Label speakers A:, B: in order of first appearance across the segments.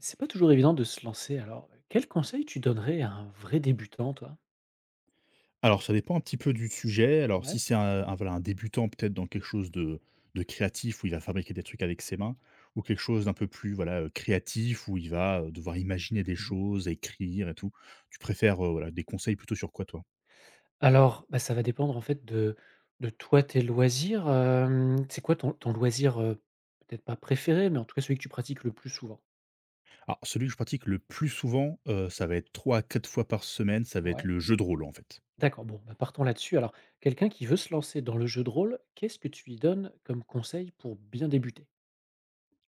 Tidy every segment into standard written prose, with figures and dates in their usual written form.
A: C'est pas toujours évident de se lancer, alors, quel conseil tu donnerais à un vrai débutant, toi?
B: Alors ça dépend un petit peu du sujet. Alors si
A: Ouais.
B: c'est un voilà, un débutant peut-être dans quelque chose de créatif où il va fabriquer des trucs avec ses mains ou quelque chose d'un peu plus voilà, créatif où il va, devoir imaginer des
A: Mmh.
B: choses, écrire et tout. Tu préfères, voilà, des conseils plutôt sur quoi toi?
A: Alors, bah, ça va dépendre, en fait, de toi, tes loisirs, c'est quoi ton loisir, peut-être pas préféré, mais en tout cas celui que tu pratiques le plus souvent?
B: Alors celui que je pratique le plus souvent, ça va être 3 à 4 fois par semaine, ça va être
A: Ouais.
B: le jeu de rôle en fait.
A: D'accord, bon, bah, partons là-dessus. Alors, quelqu'un qui veut se lancer dans le jeu de rôle, qu'est-ce que tu lui donnes comme conseil pour bien débuter?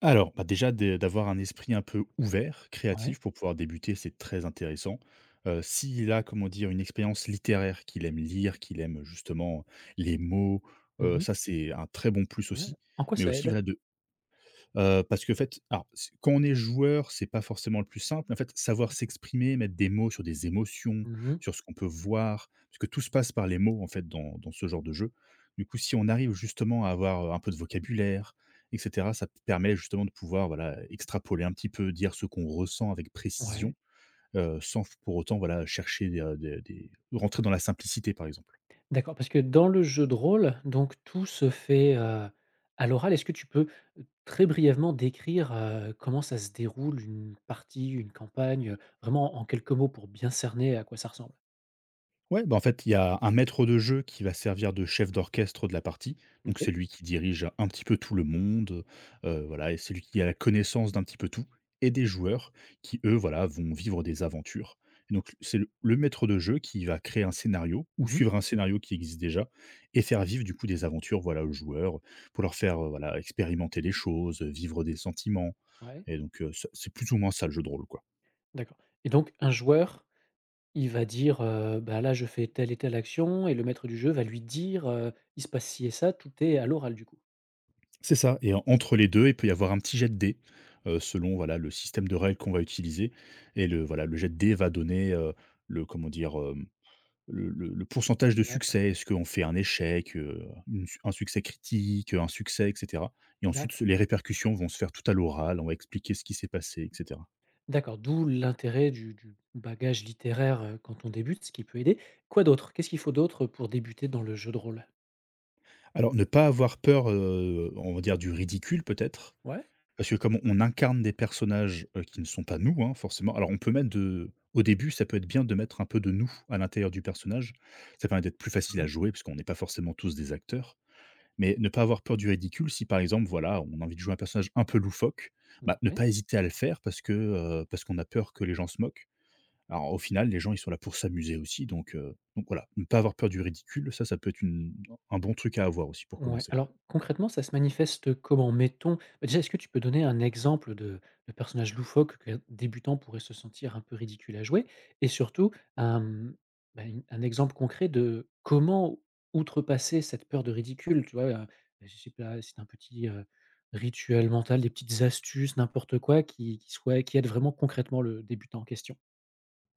B: Alors, bah, déjà d'avoir un esprit un peu ouvert,
A: Ouais.
B: créatif, pour pouvoir débuter, c'est très intéressant. S'il a, comment dire, une expérience littéraire, qu'il aime lire, qu'il aime justement les mots,
A: Mmh.
B: ça c'est un très bon plus
A: Ouais.
B: aussi.
A: En quoi
B: Mais
A: ça
B: aussi,
A: aide?
B: voilà, parce que, en fait, alors c quand on est joueur, c'est pas forcément le plus simple, en fait, savoir s'exprimer, mettre des mots sur des émotions,
A: Mmh.
B: sur ce qu'on peut voir, parce que tout se passe par les mots, en fait, dans ce genre de jeu. Du coup, si on arrive justement à avoir, un peu de vocabulaire et cetera, ça permet justement de pouvoir, voilà, extrapoler un petit peu, dire ce qu'on ressent avec précision,
A: Ouais.
B: sans pour autant, voilà, chercher des rentrer dans la simplicité, par exemple.
A: D'accord, parce que dans le jeu de rôle, donc tout se fait, à l'oral. Est-ce que tu peux, très brièvement décrire, comment ça se déroule une partie, une campagne, vraiment en quelques mots pour bien cerner à quoi ça ressemble?
B: Ouais, bah, en fait, il y a un maître de jeu qui va servir de chef d'orchestre de la partie. Donc, c'est
A: OK.
B: lui qui dirige un petit peu tout le monde. Voilà, et c'est lui qui a la connaissance d'un petit peu tout. Et des joueurs qui, eux, voilà, vont vivre des aventures. Et donc, c'est le maître de jeu qui va créer un scénario ou
A: Mmh.
B: suivre un scénario qui existe déjà et faire vivre, du coup, des aventures, voilà, aux joueurs pour leur faire, voilà, expérimenter des choses, vivre des sentiments.
A: Ouais,
B: Et donc, c'est plus ou moins ça le jeu de rôle, quoi.
A: d'accord et donc un joueur, il va dire: «Bah, là, je fais telle et telle action» et le maître du jeu va lui dire: «Il se passe ci et ça». Tout est à l'oral, du coup?
B: C'est ça et en entre les 2, il peut y avoir un petit jet de dés, selon voilà le système de règles qu'on va utiliser et le voilà le jet de dés va donner, le comment dire, hem, le pourcentage de
A: D'accord.
B: succès. Est-ce qu'on fait un échec, une un succès critique, un succès et cetera et ensuite
A: D'accord.
B: les répercussions vont se faire tout à l'oral, on va expliquer ce qui s'est passé et cetera.
A: D'accord, d'où l'intérêt du bagage littéraire, quand on débute, ce qui peut aider. Quoi d'autre? Qu'est-ce qu'il faut d'autre pour débuter dans le jeu de rôle?
B: Alors ne pas avoir peur, on va dire du ridicule peut-être,
A: Ouais?
B: parce que comme on incarne des personnages, qui ne sont pas nous, hein, forcément. Alors on peut mettre de au début, ça peut être bien de mettre un peu de nous à l'intérieur du personnage. Ça permet d'être plus facile à
A: Mmh.
B: jouer, parce qu'on n'est pas forcément tous des acteurs. Mais ne pas avoir peur du ridicule, si par exemple, voilà, on a envie de jouer un personnage un peu loufoque, bah, ne
A: Ouais.
B: pas hésiter à le faire parce que, parce qu'on a peur que les gens se moquent. Alors au final, les gens, ils sont là pour s'amuser aussi, donc voilà, ne pas avoir peur du ridicule, ça peut être une un bon truc à avoir aussi pour
A: Ouais,
B: commencer.
A: alors concrètement, ça se manifeste comment? Mettons, bah, déjà, est-ce que tu peux donner un exemple de personnage loufoque qu'un débutant pourrait se sentir un peu ridicule à jouer? Et surtout, hem, bah, une un exemple concret de comment outrepasser cette peur de ridicule, tu vois? Bah, je sais pas si un petit, rituel mental, des petites astuces, n'importe quoi qui soit qui aide vraiment concrètement le débutant en question?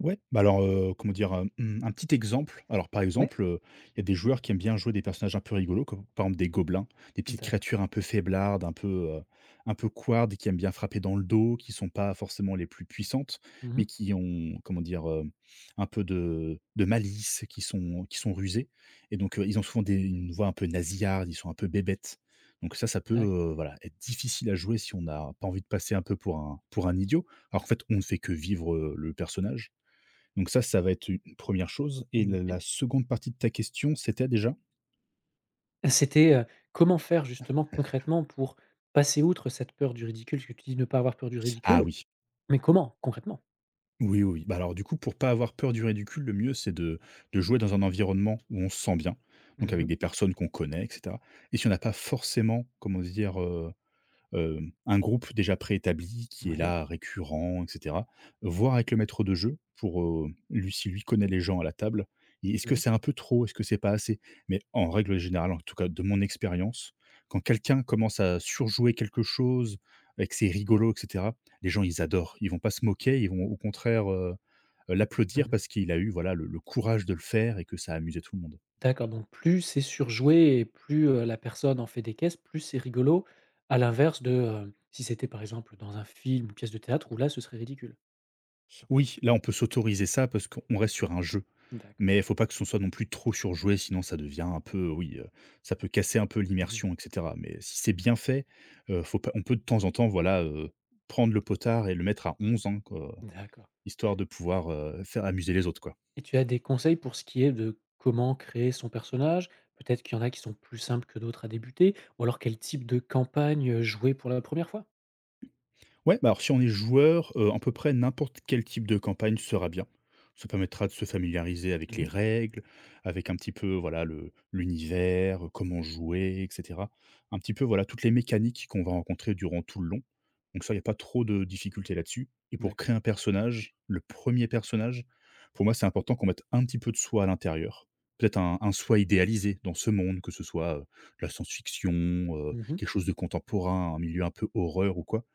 B: Ouais, bah, alors, comment dire? Mmh, un petit exemple. Alors, par
A: Ouais,
B: exemple, il y a des joueurs qui aiment bien jouer des personnages un peu rigolos, comme par exemple des gobelins, des petites
A: d'accord.
B: créatures un peu faiblardes, un peu couardes, qui aiment bien frapper dans le dos, qui sont pas forcément les plus puissantes, mais
A: Mmh.
B: qui ont, comment dire? Un peu de malice, qui sont rusés et donc, ils ont souvent des une voix un peu nasillarde, ils sont un peu bébêtes. Donc ça peut,
A: D'accord.
B: voilà, être difficile à jouer si on n'a pas envie de passer un peu pour un idiot. Alors qu'en fait, on ne fait que vivre, le personnage, donc ça va être une première chose et
A: OK.
B: la seconde partie de ta question, c'était déjà?
A: C'était, comment faire justement concrètement pour passer outre cette peur du ridicule? Parce que tu dis ne pas avoir peur du
B: Ah
A: ridicule,
B: oui.
A: mais comment concrètement?
B: Oui, oui, oui. Bah, alors du coup, pour pas avoir peur du ridicule, le mieux, c'est de jouer dans un environnement où on se sent bien, donc avec
A: Mmh.
B: des personnes qu'on connaît et cetera et si on n'a pas forcément, comment dire, euh, heu, un groupe déjà préétabli qui est
A: Ouais.
B: là, récurrent et cetera. Voir avec le maître de jeu pour, lui si lui connaît les gens à la table et est-ce que
A: Mmh mh.
B: c'est un peu trop? Est-ce que c'est pas assez? Mais en règle générale, en tout cas de mon expérience, quand quelqu'un commence à surjouer quelque chose et que c'est rigolo et cetera, les gens ils adorent. Ils vont pas se moquer, ils vont au contraire, l'applaudir
A: Mmh.
B: parce qu'il a eu voilà le courage de le faire et que ça a amusé tout le monde.
A: D'accord, donc plus c'est surjoué et plus, la personne en fait des caisses, plus c'est rigolo, à l'inverse de, si c'était par exemple dans un film ou pièce de théâtre où là ce serait ridicule.
B: Oui, là, on peut s'autoriser ça parce qu'on reste sur un jeu.
A: D'accord.
B: Mais il faut pas que ce soit non plus trop surjoué, sinon ça devient un peu oui, ça peut casser un peu
A: Mmh.
B: l'immersion et cetera. Mais si c'est bien fait, faut pas on peut de temps en temps, voilà, prendre le potard et le mettre à 11 ans, quoi,
A: D'accord
B: histoire de pouvoir, faire amuser les autres, quoi.
A: et tu as des conseils pour ce qui est de comment créer son personnage? Peut-être qu'il y en a qui sont plus simples que d'autres à débuter ou alors quel type de campagne, jouer pour la première fois?
B: Ouais, bah alors si on est joueur, à peu près n'importe quel type de campagne sera bien. Ça permettra de se familiariser avec les
A: Mmh.
B: règles, avec un petit peu, voilà, le l'univers, comment jouer et cetera. Un petit peu, voilà, toutes les mécaniques qu'on va rencontrer durant tout le long. Donc ça, il y a pas trop de difficultés là-dessus et pour
A: D'accord.
B: créer un personnage, le premier personnage, pour moi, c'est important qu'on mette un petit peu de soi à l'intérieur. Peut-être un soi idéalisé dans ce monde, que ce soit, de la science-fiction,
A: Mmh.
B: quelque chose de contemporain, un milieu un peu horreur ou quoi.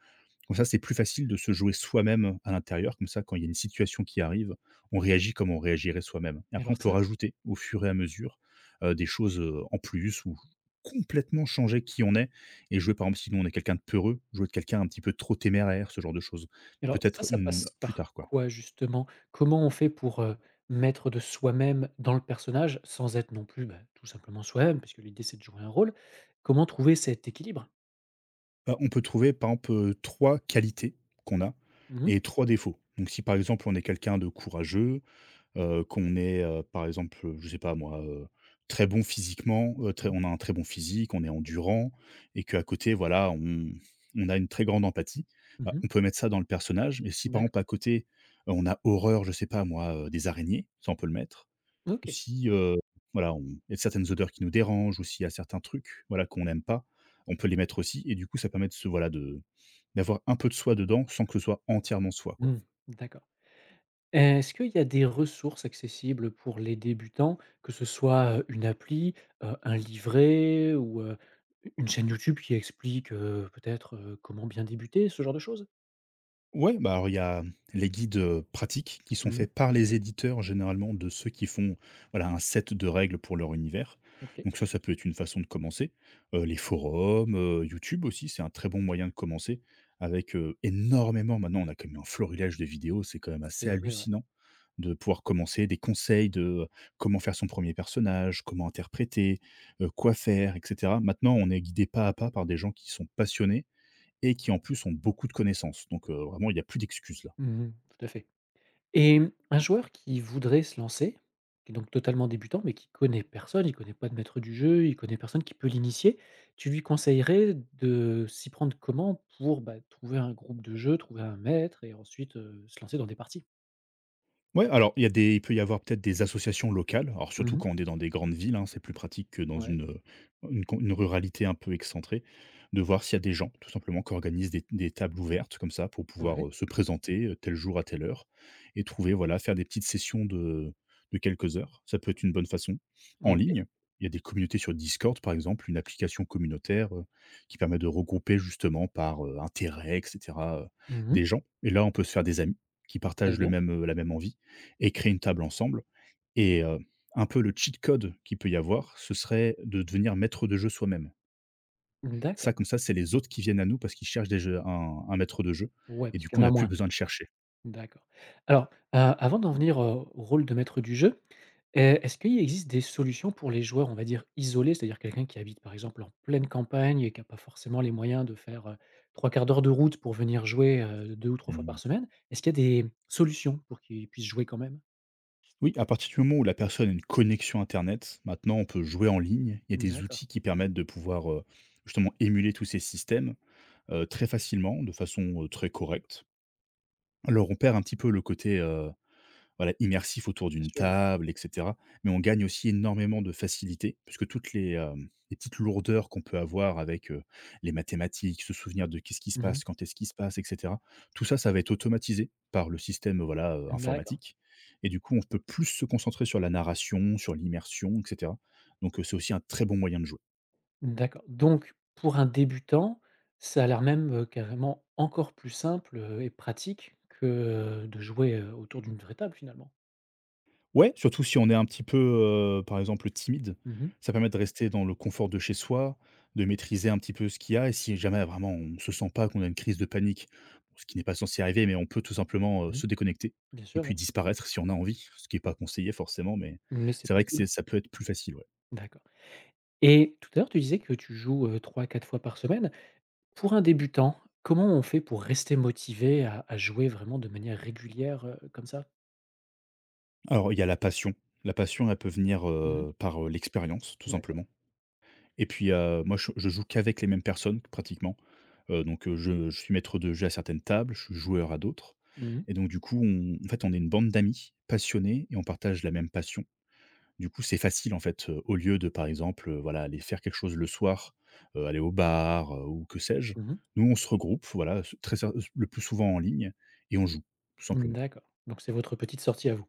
B: Comme ça, c'est plus facile de se jouer soi-même à l'intérieur. Comme ça, quand il y a une situation qui arrive, on réagit comme on réagirait soi-même. Et
A: Et
B: après, on
A: alors
B: peut
A: ça
B: rajouter au fur et à mesure des choses en plus ou complètement changer qui on est et jouer, par exemple, si nous, on est quelqu'un de peureux, jouer de quelqu'un un petit peu trop téméraire, ce genre de choses.
A: et alors ça,
B: Peut-être
A: ça
B: une
A: passe
B: plus
A: par
B: tard, quoi.
A: quoi justement? Comment on fait pour, mettre de soi-même dans le personnage sans être non plus, bah, tout simplement soi-même? Parce que l'idée, c'est de jouer un rôle. Comment trouver cet équilibre?
B: On peut trouver, par exemple, trois qualités qu'on a
A: Mmh mh.
B: et trois défauts. Donc, si par exemple, on est quelqu'un de courageux, qu'on est, par exemple, je sais pas moi, très bon physiquement, très
A: Mmh.
B: on a un très bon physique, on est endurant et qu'à côté, voilà, on a une très grande empathie. Bah,
A: Mmh.
B: on peut mettre ça dans le personnage, mais si par
A: D'accord.
B: exemple à côté, on a horreur, je sais pas moi, des araignées, ça on peut le mettre.
A: OK.
B: Si, voilà, on il y a certaines odeurs qui nous dérangent ou s'il y a certains trucs, voilà, qu'on n'aime pas, on peut les mettre aussi et du coup ça permet de se voilà, de d'avoir un peu de soi dedans sans que ce soit entièrement soi, quoi.
A: Mmh. D'accord. Est-ce qu'il y a des ressources accessibles pour les débutants, que ce soit, une appli, un livret ou, une chaîne YouTube qui explique, peut-être, comment bien débuter, ce genre de choses?
B: Ouais, bah, alors il y a les guides, pratiques qui sont
A: Mmh.
B: faits par les éditeurs généralement de ceux qui font, voilà, un set de règles pour leur univers.
A: OK.
B: Donc ça peut être une façon de commencer. Les forums, YouTube aussi, c'est un très bon moyen de commencer avec, énormément. Maintenant on a quand même un florilège de vidéos, c'est quand même assez
A: C'est vrai, ouais.
B: hallucinant de pouvoir commencer, des conseils de comment faire son premier personnage, comment interpréter, quoi faire et cetera. Maintenant, on est guidé pas à pas par des gens qui sont passionnés et qui en plus ont beaucoup de connaissances. Donc, vraiment il n'y a plus d'excuses là.
A: Mmh. Tout à fait et un joueur qui voudrait se lancer, qui est donc totalement débutant, mais qui connaît personne, il connaît pas de maître du jeu, il connaît personne qui peut l'initier, tu lui conseillerais de s'y prendre comment pour, bah, trouver un groupe de jeu, trouver un maître et ensuite, se lancer dans des parties?
B: Ouais, alors il y a des il peut y avoir peut-être des associations locales, alors surtout
A: Mmh.
B: quand on est dans des grandes villes, hein, c'est plus pratique que dans
A: Ouais,
B: une con une ruralité un peu excentrée, de voir s'il y a des gens, tout simplement, qui organisent des tables ouvertes comme ça pour
A: ouais,
B: pouvoir, se présenter, tel jour à telle heure et trouver, voilà, faire des petites sessions de quelques heures. Ça peut être une bonne façon. En
A: OK.
B: ligne, il y a des communautés sur Discord, par exemple, une application communautaire, qui permet de regrouper justement par, intérêt et cetera,
A: Mmh.
B: des gens et là, on peut se faire des amis qui
A: Très
B: partagent le
A: bien.
B: même, la même envie et créer une table ensemble. Et un peu le cheat code qu'il peut y avoir, ce serait de devenir maître de jeu soi-même. Ça,
A: D'accord.
B: comme ça, c'est les autres qui viennent à nous parce qu'ils cherchent des jeux un maître de jeu
A: Ouais,
B: et
A: parce
B: du
A: qu'il
B: coup, on
A: y en
B: n'a
A: a
B: plus
A: moins.
B: besoin de chercher.
A: D'accord. Alors, avant d'en venir, au rôle de maître du jeu, est-ce qu'il existe des solutions pour les joueurs, on va dire, isolés? C'est-à-dire quelqu'un qui habite, par exemple, en pleine campagne et qui a pas forcément les moyens de faire, 3/4 d'heure de route pour venir jouer, 2 ou trois fois par
B: Mmh.
A: semaine. Est-ce qu'il y a des solutions pour qu'ils puissent jouer quand même?
B: Oui, à partir du moment où la personne a une connexion internet, maintenant on peut jouer en ligne. Il y a des
A: D'accord,
B: outils qui permettent de pouvoir, justement émuler tous ces systèmes, très facilement, de façon, très correcte. Alors on perd un petit peu le côté, voilà, immersif autour
A: bien
B: d'une
A: sûr, ouais.
B: table et cetera. Mais on gagne aussi énormément de facilité puisque toutes les, les petites lourdeurs qu'on peut avoir avec, les mathématiques, se souvenir de qu'est-ce qui se
A: Mmh.
B: passe, quand est-ce qui se passe et cetera. Tout ça, ça va être automatisé par le système, voilà,
A: D'accord,
B: informatique et du coup, on peut plus se concentrer sur la narration, sur l'immersion et cetera. Donc, c'est aussi un très bon moyen de jouer.
A: d'accord. Donc pour un débutant, ça a l'air même, carrément encore plus simple, et pratique que, de jouer, autour d'une vraie table, finalement.
B: Ouais, surtout si on est un petit peu, par exemple, timide,
A: Mmh.
B: ça permet de rester dans le confort de chez soi, de maîtriser un petit peu ce qu'il y a et si jamais vraiment on ne se sent pas qu'on a une crise de panique, bon, ce qui n'est pas censé arriver, mais on peut tout simplement,
A: Mmh.
B: se déconnecter
A: Bien
B: et
A: sûr,
B: puis
A: ouais,
B: disparaître si on a envie, ce qui est pas conseillé forcément, mais
A: mais c'est
B: c'est vrai que c'est
A: possible.
B: ça peut être plus facile, ouais.
A: D'accord et tout à l'heure, tu disais que tu joues, 3 quatre fois par semaine. Pour un débutant, comment on fait pour rester motivé à jouer vraiment de manière régulière, comme ça?
B: Alors il y a la passion. La passion, elle peut venir,
A: Mmh.
B: par, l'expérience, tout
A: D'accord.
B: simplement. Et puis, moi je joue qu'avec les mêmes personnes pratiquement, donc je suis maître de jeu à certaines tables, je suis joueur à d'autres
A: Mmh mh.
B: et donc du coup, on en fait, on est une bande d'amis passionnés et on partage la même passion. Du coup, c'est facile, en fait, au lieu de, par exemple, voilà, aller faire quelque chose le soir, aller au bar, ou que sais-je.
A: Mmh.
B: Nous, on se regroupe, voilà, très ser le plus souvent en ligne et on joue, tout simplement.
A: D'accord, donc c'est votre petite sortie à vous.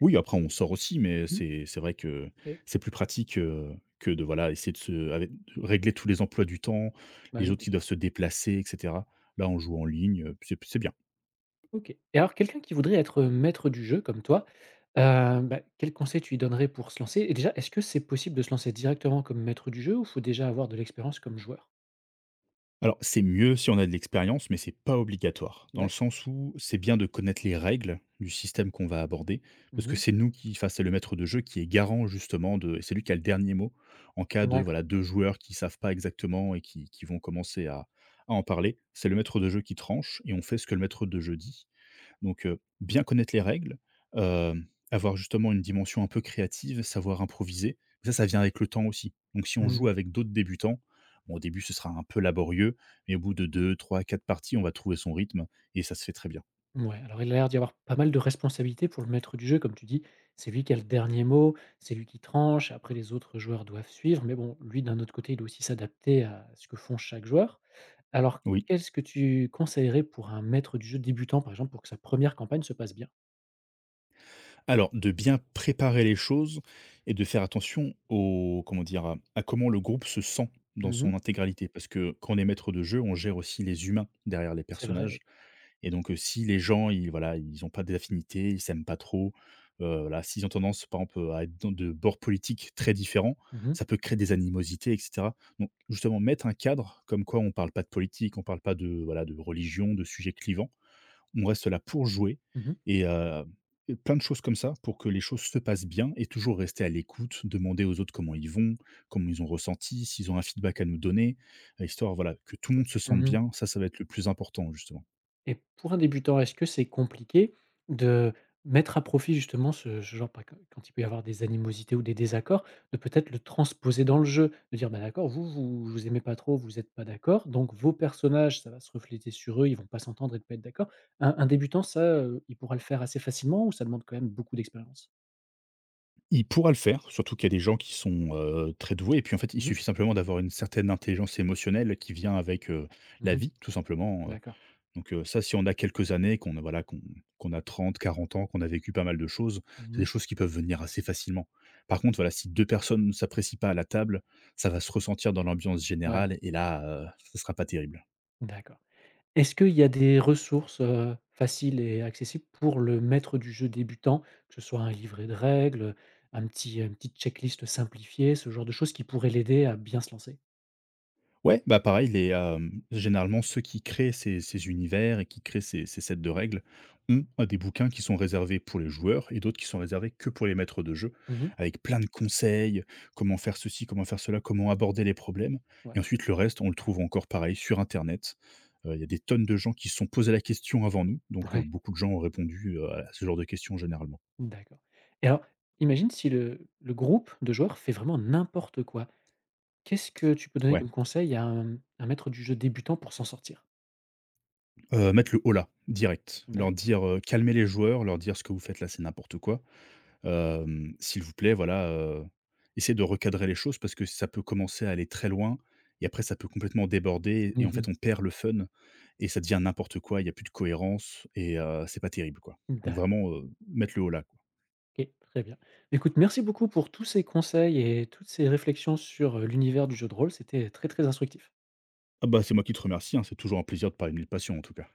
B: Oui, après on sort aussi, mais
A: Mmh.
B: c'est vrai que
A: Et
B: c'est plus pratique, que de, voilà, essayer de se avec de régler tous les emplois du temps,
A: bah,
B: les
A: oui,
B: autres
A: bien
B: qui doivent
A: sûr.
B: se déplacer et cetera. Là, on joue en ligne, c'est bien.
A: OK et alors quelqu'un qui voudrait être, maître du jeu comme toi, bah, quels conseils tu lui donnerais pour se lancer? Et déjà, est-ce que c'est possible de se lancer directement comme maître du jeu ou faut déjà avoir de l'expérience comme joueur?
B: Alors, c'est mieux si on a de l'expérience, mais c'est pas obligatoire. Dans le
A: D'accord.
B: sens où c'est bien de connaître les règles du système qu'on va aborder, parce que
A: Mmh.
B: c'est nous qui, enfin, c'est le maître de jeu qui est garant justement de, et c'est lui qui a le dernier mot en cas de
A: D'accord.
B: voilà deux joueurs qui savent pas exactement et qui vont commencer à en parler. C'est le maître de jeu qui tranche et on fait ce que le maître de jeu dit. Donc, bien connaître les règles, avoir justement une dimension un peu créative, savoir improviser. Ça vient avec le temps aussi. Donc si on
A: Mmh.
B: joue avec d'autres débutants, bon au début ce sera un peu laborieux, mais au bout de deux, trois, quatre parties, on va trouver son rythme et ça se fait très bien.
A: Ouais. Alors il a l'air d'y avoir pas mal de responsabilités pour le maître du jeu, comme tu dis. C'est lui qui a le dernier mot, c'est lui qui tranche, après les autres joueurs doivent suivre, mais bon, lui d'un autre côté, il doit aussi s'adapter à ce que font chaque joueur. Alors,
B: Oui.
A: qu'est-ce que tu conseillerais pour un maître du jeu débutant, par exemple, pour que sa première campagne se passe bien?
B: Alors de bien préparer les choses et de faire attention au comment dire? À comment le groupe se sent dans
A: Mmh.
B: son intégralité. Parce que quand on est maître de jeu, on gère aussi les humains derrière les
A: C'est vrai,
B: personnages.
A: oui.
B: Et donc, si les gens, ils voilà, ils n'ont pas d'affinités, ils s'aiment pas trop, voilà, s'ils ont tendance, par exemple, à être dans de bords politiques très différents,
A: Mmh mh.
B: ça peut créer des animosités et cetera. Donc justement, mettre un cadre comme quoi on parle pas de politique, on parle pas de, voilà, de religion, de sujets clivants. On reste là pour jouer
A: Mmh.
B: et heu, et plein de choses comme ça pour que les choses se passent bien et toujours rester à l'écoute, demander aux autres comment ils vont, comment ils ont ressenti, s'ils ont un feedback à nous donner, histoire, voilà, que tout le monde se sente
A: Mmh.
B: bien. Ça va être le plus important, justement.
A: Et pour un débutant, est-ce que c'est compliqué de mettre à profit justement ce genre pas quand il peut y avoir des animosités ou des désaccords, de peut-être le transposer dans le jeu? De dire: «Bah, d'accord, vous vous aimez pas trop, vous êtes pas d'accord, donc vos personnages, ça va se refléter sur eux, ils vont pas s'entendre et ne pas être d'accord». Un débutant, ça, il pourra le faire assez facilement ou ça demande quand même beaucoup d'expérience?
B: Il pourra le faire, surtout qu'il y a des gens qui sont, très doués et puis en fait, il
A: Mmh mh.
B: suffit simplement d'avoir une certaine intelligence émotionnelle qui vient avec, la
A: Mmh.
B: vie tout simplement,
A: D'accord.
B: donc ça si on a quelques années, qu'on voilà, qu'on a 30, 40 ans, qu'on a vécu pas mal de choses, c'est des
A: Mmh.
B: choses qui peuvent venir assez facilement. Par contre, voilà, si 2 personnes ne s'apprécient pas à la table, ça va se ressentir dans l'ambiance
A: Ouais,
B: générale et là, ce sera pas terrible.
A: d'accord. Est-ce qu'il y a des ressources, faciles et accessibles pour le maître du jeu débutant? Que ce soit un livret de règles, un petit une petite checklist simplifiée, ce genre de choses qui pourraient l'aider à bien se lancer?
B: Ouais, bah, pareil, les, généralement ceux qui créent ces univers et qui créent ces sets de règles ont des bouquins qui sont réservés pour les joueurs et d'autres qui sont réservés que pour les maîtres de jeu,
A: Mmh.
B: avec plein de conseils, comment faire ceci, comment faire cela, comment aborder les problèmes et
A: Ouais.
B: ensuite le reste, on le trouve encore pareil sur internet. Il y a des tonnes de gens qui se sont posés la question avant nous, donc
A: Ouais,
B: beaucoup de gens ont répondu, à ce genre de questions généralement.
A: d'accord et alors, imagine si le groupe de joueurs fait vraiment n'importe quoi. Qu'est-ce que tu peux donner
B: Ouais,
A: comme conseil à un maître du jeu débutant pour s'en sortir?
B: mettre le holà direct, leur
A: D'accord.
B: dire, calmer les joueurs, leur dire: «Ce que vous faites là, c'est n'importe quoi». S'il vous plaît, voilà, essayez de recadrer les choses parce que ça peut commencer à aller très loin et après ça peut complètement déborder et
A: Mmh
B: en
A: mh.
B: fait on perd le fun et ça devient n'importe quoi, il y a plus de cohérence et c'est pas terrible, quoi. Donc vraiment, mettre le holà, quoi.
A: OK, très bien. Écoute, merci beaucoup pour tous ces conseils et toutes ces réflexions sur, l'univers du jeu de rôle. C'était très, très instructif.
B: Ah bah, c'est moi qui te remercie, hein, c'est toujours un plaisir de parler de mes passions, en tout cas.